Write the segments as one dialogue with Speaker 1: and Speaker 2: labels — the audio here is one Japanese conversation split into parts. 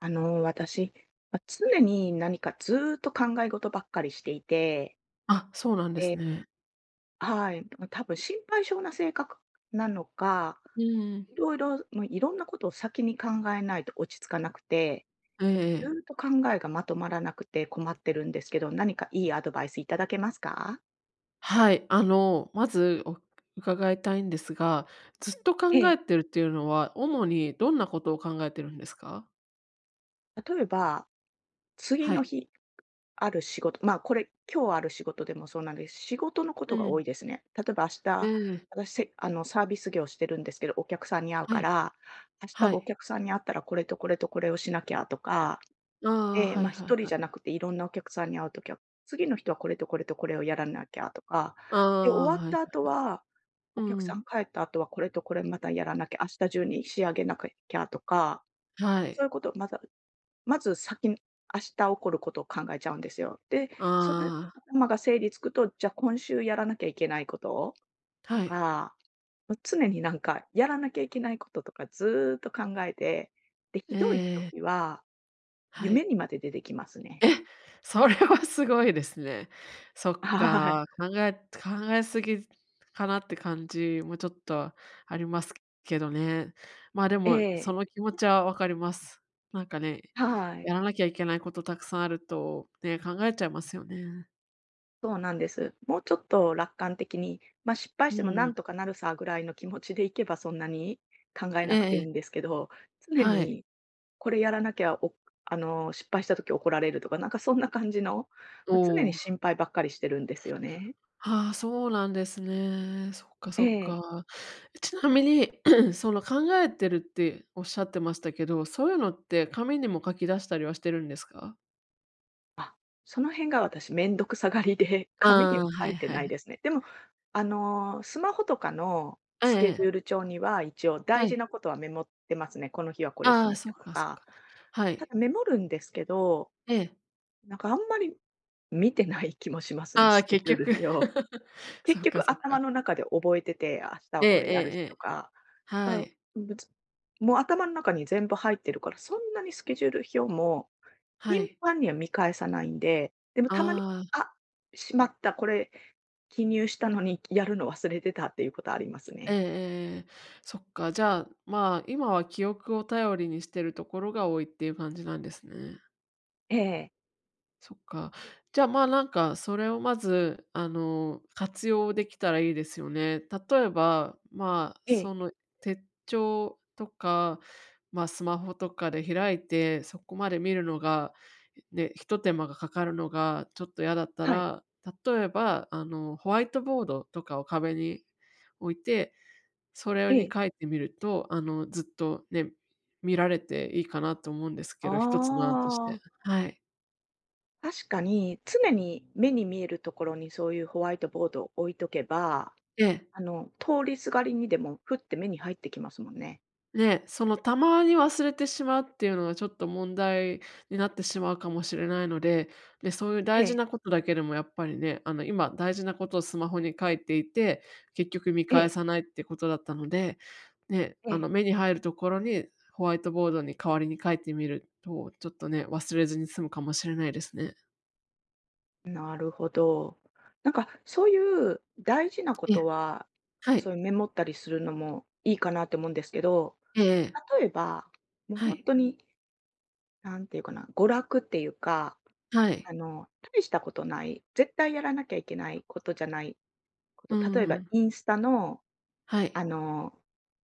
Speaker 1: 私、ま、常に何かずーっと考え事ばっかりしていて、
Speaker 2: あ、そうなんです
Speaker 1: え、
Speaker 2: ね。
Speaker 1: はい、ま多分心配性な性格なのか、
Speaker 2: うん。
Speaker 1: いろいろ、もういろんなことを先に考えないと落ち着かなくて、
Speaker 2: ええ
Speaker 1: ず
Speaker 2: え
Speaker 1: ーっ
Speaker 2: え。
Speaker 1: と考えがまとまらなくて困ってるんですけど、何かいいアドバイスいただけますか？
Speaker 2: はい、まずお伺いたいんですが、ずっと
Speaker 1: え
Speaker 2: 考
Speaker 1: え、
Speaker 2: えてるっていうのは、主にどんなことを考えてるんですか？
Speaker 1: 例えば、次
Speaker 2: は
Speaker 1: の
Speaker 2: い。
Speaker 1: 日ある仕事、まあ、これ、今日ある仕事でもそうなんです。仕事のこ
Speaker 2: う
Speaker 1: とが多
Speaker 2: ん。
Speaker 1: いですね。例えば明
Speaker 2: え
Speaker 1: 日、
Speaker 2: え、
Speaker 1: 私、せあの、サービス業してるんですけど、お客さんに会う
Speaker 2: は
Speaker 1: か
Speaker 2: い、
Speaker 1: ら、明
Speaker 2: は
Speaker 1: 日お
Speaker 2: い。
Speaker 1: 客さんに会ったらこれとこれとこれをしなきゃとか、
Speaker 2: ああ、
Speaker 1: で、
Speaker 2: は
Speaker 1: ま
Speaker 2: い
Speaker 1: あ、
Speaker 2: はい
Speaker 1: 一人
Speaker 2: は
Speaker 1: じ
Speaker 2: い。
Speaker 1: ゃなくていろんなお客さんに会うときは、次の人はこれとこれとこれをやらなきゃとか、
Speaker 2: あ
Speaker 1: で、
Speaker 2: あ、
Speaker 1: 終わっ
Speaker 2: はい。
Speaker 1: た後は、
Speaker 2: う
Speaker 1: お客さ
Speaker 2: ん、
Speaker 1: ん帰った後はこれとこれまたやらなきゃ、明日中に仕上げなきゃとか、
Speaker 2: は
Speaker 1: そう
Speaker 2: い。
Speaker 1: いうこと、またまず先明日起こることを考えちゃうんですよ。で、それ
Speaker 2: あ
Speaker 1: 頭が整理つくと、じゃあ今週やらなきゃいけないこと
Speaker 2: あ、
Speaker 1: と
Speaker 2: はい。
Speaker 1: か、もう常になんかやらなきゃいけないこととかずーっと考えて、で、ひ
Speaker 2: ええ
Speaker 1: どい
Speaker 2: ええ、
Speaker 1: 時は
Speaker 2: は
Speaker 1: 夢
Speaker 2: い。
Speaker 1: にまで出てきます
Speaker 2: え、
Speaker 1: ね。
Speaker 2: それはすごいですね。そっ
Speaker 1: はい。
Speaker 2: か、考えすぎかなって感じもちょっとありますけどね。まあ、で
Speaker 1: え
Speaker 2: も、そ
Speaker 1: え、
Speaker 2: の気持ちはわかります。なんかね、
Speaker 1: は
Speaker 2: や
Speaker 1: い。
Speaker 2: らなきゃいけないことたくさんあると、ね、考えちゃいますよね。
Speaker 1: そうなんです。もうちょっと楽観的に、ま、失敗
Speaker 2: う
Speaker 1: してもな
Speaker 2: ん。
Speaker 1: んとかなるさぐらいの気持ちでいけばそんなに考え
Speaker 2: え
Speaker 1: なく
Speaker 2: え
Speaker 1: て
Speaker 2: え
Speaker 1: いいんで
Speaker 2: え。
Speaker 1: すけど、常
Speaker 2: はい。
Speaker 1: にこれやらなきゃ、おあの、失敗した時怒られるとか、なんかそんな感じの、
Speaker 2: お
Speaker 1: ま、常に
Speaker 2: お。
Speaker 1: 心配ばっかりしてるんですよね。
Speaker 2: ああ、そうなんですね。そっか
Speaker 1: え
Speaker 2: そっ
Speaker 1: え。
Speaker 2: か。ちなみに、その、考えてるっておっしゃってましたけど、そういうのって紙にも書き出したりはしてるんですか？
Speaker 1: あ、その辺が私めんどくさがりで、紙に
Speaker 2: あ
Speaker 1: は
Speaker 2: あー、
Speaker 1: 書
Speaker 2: はい
Speaker 1: いて
Speaker 2: は
Speaker 1: な
Speaker 2: い。
Speaker 1: いですね。でも、スマホとかの
Speaker 2: え
Speaker 1: スケジ
Speaker 2: え
Speaker 1: ュール帳には、一応大
Speaker 2: は
Speaker 1: 事
Speaker 2: い。
Speaker 1: なことはメモってますね。この日はこれし
Speaker 2: ああ、
Speaker 1: なき
Speaker 2: そっ
Speaker 1: ゃと
Speaker 2: かそっ
Speaker 1: か。
Speaker 2: か。は
Speaker 1: た
Speaker 2: い。
Speaker 1: だメモるんですけど、
Speaker 2: ええ。
Speaker 1: なんかあんまり見てない気もしますね、
Speaker 2: あ
Speaker 1: ス
Speaker 2: あ、
Speaker 1: ケ
Speaker 2: 結
Speaker 1: ジュー
Speaker 2: 局。
Speaker 1: ル表。
Speaker 2: そ
Speaker 1: 結
Speaker 2: っか
Speaker 1: 局
Speaker 2: そっ
Speaker 1: 頭
Speaker 2: か。
Speaker 1: の中で覚えてて、明日は
Speaker 2: ええ
Speaker 1: これ
Speaker 2: ええ
Speaker 1: やる日
Speaker 2: え
Speaker 1: と
Speaker 2: え。
Speaker 1: か
Speaker 2: は
Speaker 1: あ、
Speaker 2: い。
Speaker 1: ぶつもう頭の中に全部入ってるから、そんなにスケジュール表も
Speaker 2: は
Speaker 1: 頻
Speaker 2: い。
Speaker 1: 繁には見返さないんで、でもたまに、
Speaker 2: ああ、
Speaker 1: あ、しまった、これ記入したのにやるの忘れてたっていうことあります
Speaker 2: ええ
Speaker 1: ね。
Speaker 2: ええええ。そっか、じゃあ、まあ、今は記憶を頼りにしてるところが多いっていう感じなんですね。
Speaker 1: ええ、
Speaker 2: そっか。じゃあ、まあ、なんか、それをまず、活用できたらいいですよね。例えば、まあ、
Speaker 1: ええ、
Speaker 2: その手帳とか、まあ、スマホとかで開いて、そこまで見るのが、ね、ひと手間がかかるのがちょっと嫌だった
Speaker 1: はい、
Speaker 2: ら、例えば、ホワイトボードとかを壁に置いて、それ
Speaker 1: え
Speaker 2: に
Speaker 1: え。
Speaker 2: 書いてみると、ずっとね、見られていいかなと思うんです
Speaker 1: あ
Speaker 2: けど、一つの案として。
Speaker 1: あ、
Speaker 2: はい。
Speaker 1: 確かに常に目に見えるところにそういうホワイトボードを置いとけば、
Speaker 2: ええ。
Speaker 1: 通りすがりにでもふって目に入ってきますもんね。
Speaker 2: ね、そのたまに忘れてしまうっていうのがちょっと問題になってしまうかもしれないので、ね、そういう
Speaker 1: え
Speaker 2: 大
Speaker 1: え、
Speaker 2: 事なことだけでもやっぱりね、今大事なことをスマホに書いていて、結局見
Speaker 1: え
Speaker 2: 返
Speaker 1: え、
Speaker 2: さないってことだったので、ね、
Speaker 1: ええ。
Speaker 2: 目に入るところにホワイトボードに代わりに書いてみると、ちょっとね、忘れずに済むかもしれないですね。
Speaker 1: なるほど。なんかそういう大事なこ
Speaker 2: え
Speaker 1: と
Speaker 2: え、
Speaker 1: は、
Speaker 2: は
Speaker 1: そ
Speaker 2: い。
Speaker 1: ういうメモったりするのもいいかなって思うんですけど、
Speaker 2: ええ
Speaker 1: 例えば、もう
Speaker 2: は
Speaker 1: 本
Speaker 2: い、
Speaker 1: 当に、なんていうかな、娯楽っていうか、
Speaker 2: はい。
Speaker 1: あの、大したことない、絶対やらなきゃいけないことじゃないこと、
Speaker 2: う
Speaker 1: 例
Speaker 2: ん
Speaker 1: え
Speaker 2: う
Speaker 1: ば
Speaker 2: ん、
Speaker 1: インスタの、
Speaker 2: は
Speaker 1: あ
Speaker 2: い。
Speaker 1: の、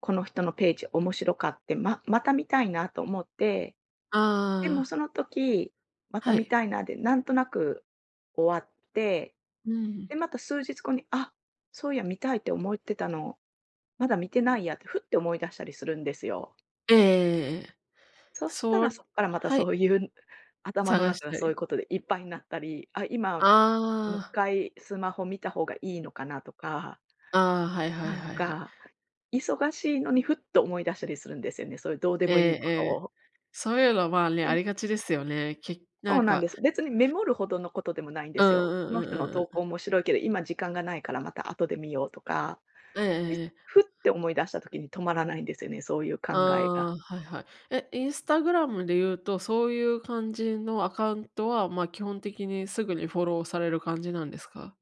Speaker 1: この人のページ面白かって、ままた見たいなと思って、でも
Speaker 2: あ
Speaker 1: そ
Speaker 2: あ、
Speaker 1: の時、また
Speaker 2: は
Speaker 1: 見
Speaker 2: い。
Speaker 1: たいなで、なんとなく終わって
Speaker 2: うん。
Speaker 1: で、また数日後に、あ、そういや見たいって思ってたの、まだ見てないやってふって思い出したりするんですよ。
Speaker 2: ええええ。
Speaker 1: そした
Speaker 2: そ
Speaker 1: ら
Speaker 2: う
Speaker 1: そこからまた
Speaker 2: は
Speaker 1: そ
Speaker 2: い、
Speaker 1: ういう、頭の
Speaker 2: 探
Speaker 1: 中
Speaker 2: し
Speaker 1: が
Speaker 2: た
Speaker 1: そうい
Speaker 2: り。
Speaker 1: うことでいっぱいになったり、あ、今、もう一
Speaker 2: あ
Speaker 1: 回スマホ見た方がいいのかなとか、
Speaker 2: あ、ああ、はいはい
Speaker 1: なん
Speaker 2: はいはい。
Speaker 1: か、忙しいのにふっと思い出したりするんですよね、そういうどうで
Speaker 2: ええ
Speaker 1: もいい
Speaker 2: え
Speaker 1: こと
Speaker 2: え。
Speaker 1: を。
Speaker 2: そういうの、まあ、ね、
Speaker 1: で
Speaker 2: ありがちですよね。
Speaker 1: そ
Speaker 2: な
Speaker 1: う
Speaker 2: ん
Speaker 1: なん
Speaker 2: か
Speaker 1: です。別にメモるほどのことでもないんで
Speaker 2: うん
Speaker 1: す
Speaker 2: う
Speaker 1: よ。こ
Speaker 2: んう
Speaker 1: の
Speaker 2: ん
Speaker 1: 人の
Speaker 2: うんう
Speaker 1: 投稿
Speaker 2: ん。
Speaker 1: 面白いけど、今時間がないからまた後で見ようとか。
Speaker 2: ええ
Speaker 1: で、
Speaker 2: ええ。
Speaker 1: ふって思い出した時に止まらないんですよね、そういう考
Speaker 2: あ
Speaker 1: えが。
Speaker 2: あ、はいはい。え、インスタグラムで言うと、そういう感じのアカウントは、まあ、基本的にすぐにフォローされる感じなんですか？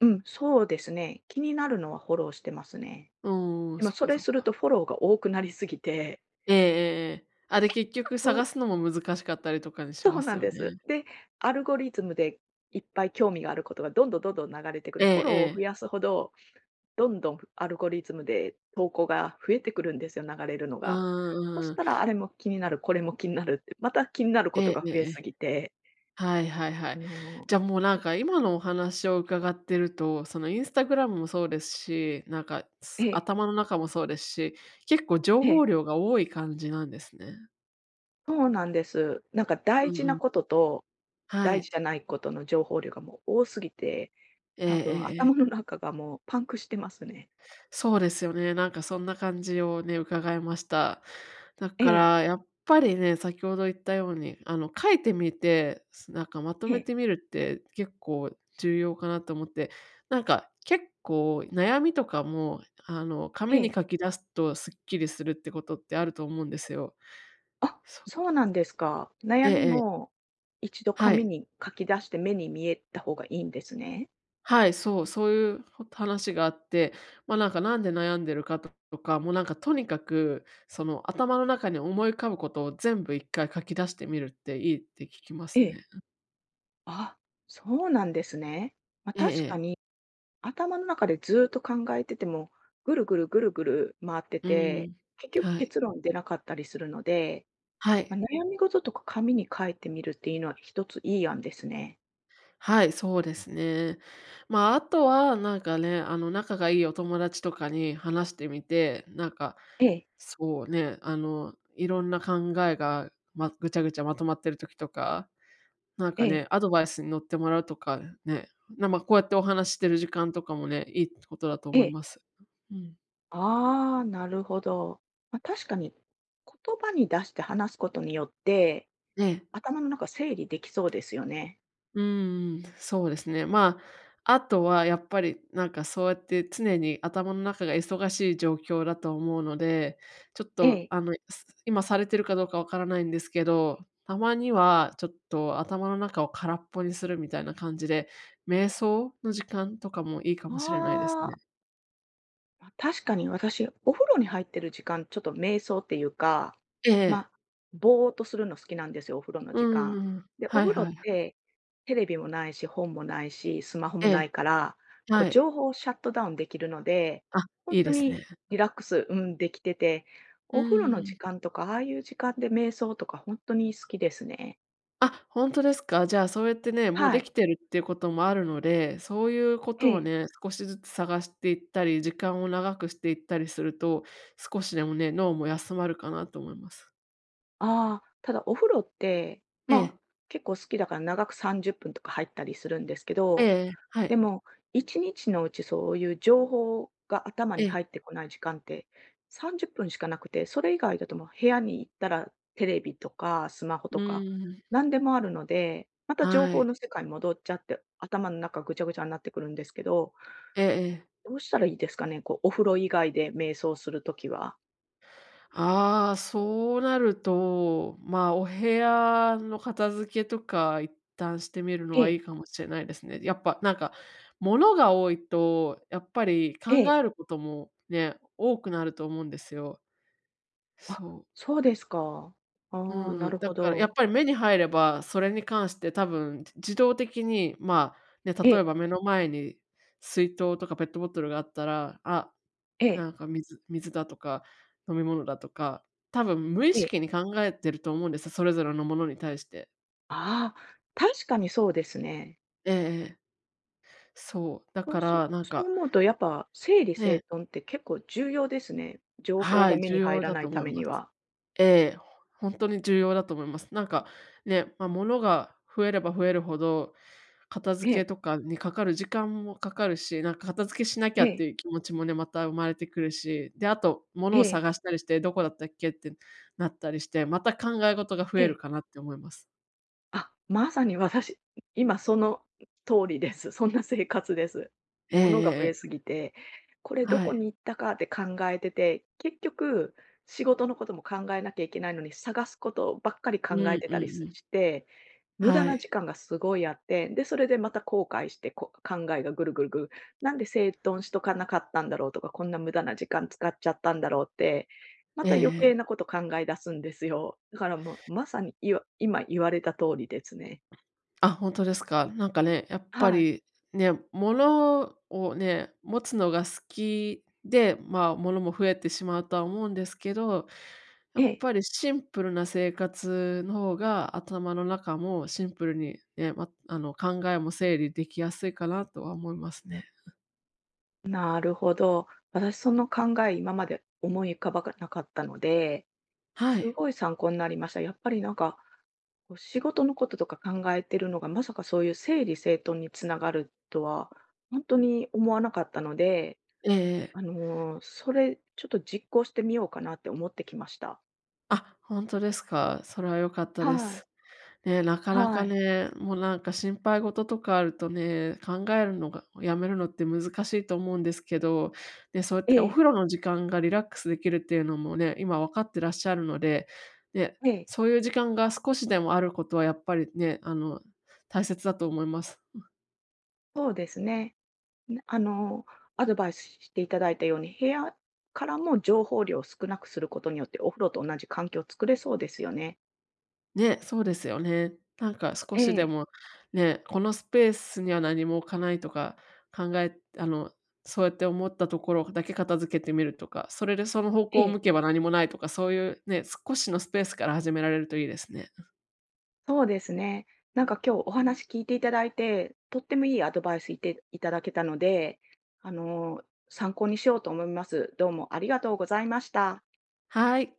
Speaker 1: うん、そうですね。気になるのはフォローしてますね。
Speaker 2: うん
Speaker 1: で
Speaker 2: ん、
Speaker 1: も
Speaker 2: そっ
Speaker 1: そ
Speaker 2: か
Speaker 1: れ
Speaker 2: そっ
Speaker 1: する
Speaker 2: か。
Speaker 1: とフォローが多くなりすぎて、
Speaker 2: ええええええ。あ、で、結局
Speaker 1: そ
Speaker 2: 探
Speaker 1: う
Speaker 2: すのも難しかったりとかにし
Speaker 1: そう
Speaker 2: ま
Speaker 1: な
Speaker 2: す
Speaker 1: ん
Speaker 2: よ
Speaker 1: で
Speaker 2: ね。
Speaker 1: す。で、アルゴリズムでいっぱい興味があることがどんどんどんどん流れてくる。
Speaker 2: ええ
Speaker 1: フォローを増
Speaker 2: ええ。
Speaker 1: やすほど、どんどんアルゴリズムで投稿が増えてくるんですよ、流れるの
Speaker 2: う
Speaker 1: が。
Speaker 2: んうん
Speaker 1: そし
Speaker 2: うんうん。
Speaker 1: たらあれも気になる、これも気になるって、また気になる
Speaker 2: え
Speaker 1: こと
Speaker 2: え
Speaker 1: が
Speaker 2: ええ
Speaker 1: 増え
Speaker 2: え
Speaker 1: す
Speaker 2: え。
Speaker 1: ぎて、
Speaker 2: はいはいは
Speaker 1: あ
Speaker 2: い。
Speaker 1: の、
Speaker 2: じゃあもうなんか今のお話を伺ってると、そのインスタグラムもそうですし、なんか、
Speaker 1: ええ、
Speaker 2: 頭の中もそうですし、結構情
Speaker 1: ええ。
Speaker 2: 報量が多い感じなんですね。
Speaker 1: そうなんです。なんか大
Speaker 2: うん
Speaker 1: 事
Speaker 2: う
Speaker 1: な
Speaker 2: ん。
Speaker 1: ことと、
Speaker 2: は
Speaker 1: 大事
Speaker 2: い。
Speaker 1: じゃないことの情報量がもう多すぎて、
Speaker 2: ええ
Speaker 1: 多
Speaker 2: え
Speaker 1: 分
Speaker 2: ええ
Speaker 1: 頭の
Speaker 2: え
Speaker 1: 中がもうパンクしてますね。
Speaker 2: そうですよね。なんかそんな感じをね、伺いました。だ
Speaker 1: え
Speaker 2: か
Speaker 1: え、
Speaker 2: らやっぱりね、先ほど言ったように、書いてみて、なんかまと
Speaker 1: え
Speaker 2: め
Speaker 1: え、
Speaker 2: てみるって結構重要かなと思って、なんか結構悩みとかも、
Speaker 1: え
Speaker 2: 紙に書
Speaker 1: え。
Speaker 2: き出すとすっきりするってことってあると思うんですよ。
Speaker 1: あ、
Speaker 2: そう。
Speaker 1: そうなんですか。
Speaker 2: え
Speaker 1: 悩
Speaker 2: え
Speaker 1: み
Speaker 2: ええ。
Speaker 1: も一度
Speaker 2: は
Speaker 1: 紙
Speaker 2: い。
Speaker 1: に書き出して目に見えた方がいいんですね。
Speaker 2: はい、そう、そういう話があって、ま、なんかなんで悩んでるかととか、もうなんかとにかく、その頭の中に思い浮かぶことを全部一回書き出してみるっていいって聞きま
Speaker 1: え
Speaker 2: す
Speaker 1: え。
Speaker 2: ね。
Speaker 1: あ、そうなんですね。まあ、
Speaker 2: ええ
Speaker 1: 確か
Speaker 2: ええ。
Speaker 1: に頭の中でずっと考えてても、ぐるぐるぐるぐる回って
Speaker 2: う
Speaker 1: て、
Speaker 2: ん。
Speaker 1: 結局
Speaker 2: はい。
Speaker 1: 結論出なかったりするので
Speaker 2: は
Speaker 1: まあ、
Speaker 2: い。
Speaker 1: 悩み事とか紙に書いてみるっていうのは一ついい案ですね。
Speaker 2: はい、そうですね。まあ、あとはなんかね、仲がいいお友達とかに話してみて、なんか、
Speaker 1: ええ、
Speaker 2: そうね、いろんな考えが、ま、ぐちゃぐちゃまとまってる時とかなん
Speaker 1: え
Speaker 2: かね、
Speaker 1: え、
Speaker 2: アドバイスに乗ってもらうとかね、ま、こうやってお話ししてる時間とかもね、いいことだと
Speaker 1: え
Speaker 2: 思い
Speaker 1: え。
Speaker 2: ます。うん。
Speaker 1: ああ、なるほど。まあ、確かに、言葉に出して話すことによって、
Speaker 2: ね、
Speaker 1: 頭の中整理できそうですよね。
Speaker 2: うんうん、そうですね。まあ、あとはやっぱりなんかそうやって常に頭の中が忙しい状況だと思うので、ちょっ
Speaker 1: え
Speaker 2: と
Speaker 1: え。
Speaker 2: 今されてるかどうかわからないんですけど、たまにはちょっと頭の中を空っぽにするみたいな感じで、瞑想の時間とかもいいかもしれないです
Speaker 1: あ
Speaker 2: ね。
Speaker 1: あ。ま、確かに私、お風呂に入ってる時間、ちょっと瞑想っていうか、
Speaker 2: え
Speaker 1: ま、
Speaker 2: え。
Speaker 1: あぼーっとするの好きなんですよ、お風呂の
Speaker 2: う
Speaker 1: 時
Speaker 2: ん
Speaker 1: 間。
Speaker 2: うんうん。
Speaker 1: で、お
Speaker 2: はい
Speaker 1: 風呂
Speaker 2: は
Speaker 1: っ
Speaker 2: い。
Speaker 1: て、テレビもないし、本もないし、スマホも
Speaker 2: え
Speaker 1: ない
Speaker 2: え、
Speaker 1: から、こう
Speaker 2: はい。
Speaker 1: 情報をシャットダウンできるので、
Speaker 2: あ、
Speaker 1: 本
Speaker 2: いい
Speaker 1: 当
Speaker 2: です
Speaker 1: に
Speaker 2: ね。
Speaker 1: リラックス、うん、できてて、
Speaker 2: う
Speaker 1: お
Speaker 2: ん
Speaker 1: 風呂
Speaker 2: うん
Speaker 1: の
Speaker 2: う
Speaker 1: 時
Speaker 2: ん。
Speaker 1: 間とか、ああいう時間で瞑想とか本当に好きですね。
Speaker 2: あ、ほんとですか？じゃあ、そうやってね、もう
Speaker 1: は
Speaker 2: で
Speaker 1: い。
Speaker 2: きてるっていうこともあるので、そういうこ
Speaker 1: え
Speaker 2: とを
Speaker 1: え。
Speaker 2: ね、少しずつ探していったり、時間を長くしていったりすると、少しでもね、脳も休まるかなと思います。
Speaker 1: ああ、ただお風呂って、
Speaker 2: え
Speaker 1: まあ、
Speaker 2: え、
Speaker 1: 結構好きだから長く30分とか入ったりするんですけ
Speaker 2: ええ
Speaker 1: ど
Speaker 2: ええ、は
Speaker 1: で
Speaker 2: い、
Speaker 1: も、1日のうちそういう情報が頭
Speaker 2: え
Speaker 1: に入っ
Speaker 2: え。
Speaker 1: てこない時間って30分しかなくて、それ以外だともう部屋に行ったらテレビとかスマホ
Speaker 2: う
Speaker 1: とか
Speaker 2: ーん、
Speaker 1: 何でもあるので、また情
Speaker 2: は
Speaker 1: 報
Speaker 2: い、
Speaker 1: の世界に戻っちゃって、頭の中ぐちゃぐちゃになってくるんですけど、
Speaker 2: ええええ。
Speaker 1: どうしたらいいですかね？こうお風呂以外で瞑想するときは。
Speaker 2: ああ、そうなると、まあ、お部屋の片付けとか一旦してみるの
Speaker 1: え
Speaker 2: はいい
Speaker 1: え、
Speaker 2: かもしれないですね。やっぱなんか、物が多いと、やっぱり
Speaker 1: え
Speaker 2: 考
Speaker 1: え。
Speaker 2: えることもね、多くなると思うんですよ。
Speaker 1: あ、
Speaker 2: そう。
Speaker 1: そうですか。
Speaker 2: う
Speaker 1: ああ、
Speaker 2: んう
Speaker 1: なる
Speaker 2: ん。だ
Speaker 1: ほ
Speaker 2: からや
Speaker 1: ど。
Speaker 2: っぱり目に入れば、それに関して多分自動的に、まあ、ね、
Speaker 1: え
Speaker 2: 例
Speaker 1: え、
Speaker 2: えば目の前に水筒とかペットボトルがあったら、あ
Speaker 1: ええ、
Speaker 2: なんか水だとか、飲み物だとか、多分無意
Speaker 1: ええ。
Speaker 2: 識に考えてると思うんですよ、それぞれのものに対して。
Speaker 1: ああ、確かにそうですね。
Speaker 2: ええええ。そう、だ
Speaker 1: そ
Speaker 2: か
Speaker 1: うす
Speaker 2: らなん
Speaker 1: そ
Speaker 2: か
Speaker 1: う思うとやっぱ整理
Speaker 2: え
Speaker 1: 整
Speaker 2: え、
Speaker 1: 頓って結構重要ですね。情報
Speaker 2: は
Speaker 1: が
Speaker 2: い、
Speaker 1: 目
Speaker 2: 重
Speaker 1: に入
Speaker 2: 要
Speaker 1: ら
Speaker 2: だ
Speaker 1: な
Speaker 2: と
Speaker 1: いた
Speaker 2: 思い
Speaker 1: めに
Speaker 2: ます。
Speaker 1: は。
Speaker 2: ええ、ほんとに重要だと思います。なんか、ね、ま、物が増えれば増えるほど、片
Speaker 1: え
Speaker 2: 付け
Speaker 1: え、
Speaker 2: とかにかかる時間もかかるし、なんか片付けしなき
Speaker 1: え
Speaker 2: ゃっ
Speaker 1: え、
Speaker 2: ていう気持ちもね、また生まれてくるし、で、あと物
Speaker 1: え
Speaker 2: を
Speaker 1: え、
Speaker 2: 探したりして、どこだったっけってなったりして、また考え事が増
Speaker 1: え
Speaker 2: える
Speaker 1: え。
Speaker 2: かなって思います。
Speaker 1: あ、まさに私、今その通りです。そんな生活です。
Speaker 2: ええ
Speaker 1: 物
Speaker 2: え
Speaker 1: が増
Speaker 2: ええ
Speaker 1: えす
Speaker 2: え。
Speaker 1: ぎて、これど
Speaker 2: は
Speaker 1: こ
Speaker 2: い。
Speaker 1: に行ったかって考えてて、結局仕事のことも考えなきゃいけないのに、探すことばっかり
Speaker 2: うんう
Speaker 1: 考え
Speaker 2: ん
Speaker 1: て
Speaker 2: う
Speaker 1: たりす
Speaker 2: ん。
Speaker 1: して無駄
Speaker 2: は
Speaker 1: な
Speaker 2: い。
Speaker 1: 時間がすごいあって、で、それでまた後悔して、考えがぐるぐるぐる、なんで整頓しとかなかったんだろうとか、こんな無駄な時間使っちゃったんだろうって、ま
Speaker 2: ええ
Speaker 1: た余
Speaker 2: ええ。
Speaker 1: 計なこと考え出すんですよ。だからもう、まさに今言われた通りですね。
Speaker 2: あ、本当ですか。なんかね、やっぱ
Speaker 1: はい。
Speaker 2: りね、物をね、持つのが好きで、まあ、物も増えてしまうとは思うんですけど、
Speaker 1: え
Speaker 2: やっ
Speaker 1: え。
Speaker 2: ぱりシンプルな生活の方が、頭の中もシンプルにね、ま、考えも整理できやすいかなとは思いますね。
Speaker 1: なるほど。私その考え、今まで思い浮かばかなかったので、
Speaker 2: は
Speaker 1: す
Speaker 2: い。
Speaker 1: ごい参考になりました。やっぱりなんか、こう仕事のこととか考えてるのが、まさかそういう整理整頓につながるとは、本当に思わなかったので、
Speaker 2: ええ
Speaker 1: それ、ちょっと実行してみようかなって思ってきました。
Speaker 2: あ、本当ですか。それは良かったで
Speaker 1: はい。
Speaker 2: す。ね、なかな
Speaker 1: は
Speaker 2: か
Speaker 1: い。
Speaker 2: ね、もうなんか心配事とかあるとね、考えるのがやめるのって難しいと思うんですけど、ね、そうやっ
Speaker 1: え
Speaker 2: てお
Speaker 1: え、
Speaker 2: 風呂の時間がリラックスできるっていうのもね、今分かってらっしゃるので、ね、
Speaker 1: ええ、
Speaker 2: そういう時間が少しでもあることはやっぱりね、大切だと思います。
Speaker 1: そうですね。なあのー、アドバイスしていただいたように、部屋からも情報量を少なくすることによって、お風呂と同じ環境を作れそうですよね。
Speaker 2: ね、そうですよね。なんか少
Speaker 1: え
Speaker 2: しで
Speaker 1: え、
Speaker 2: も、ね、このスペースには何も置かないとか、考えあの、そうやって思ったところだけ片付けてみるとか、それでその方
Speaker 1: え
Speaker 2: 向を
Speaker 1: え。
Speaker 2: 向けば何もないとか、そういうね、少しのスペースから始められるといいですね。
Speaker 1: そうですね。なんか今日お話聞いていただいて、とってもいいアドバイスいていただけたので、参考にしようと思います。どうもありがとうございました。
Speaker 2: はい。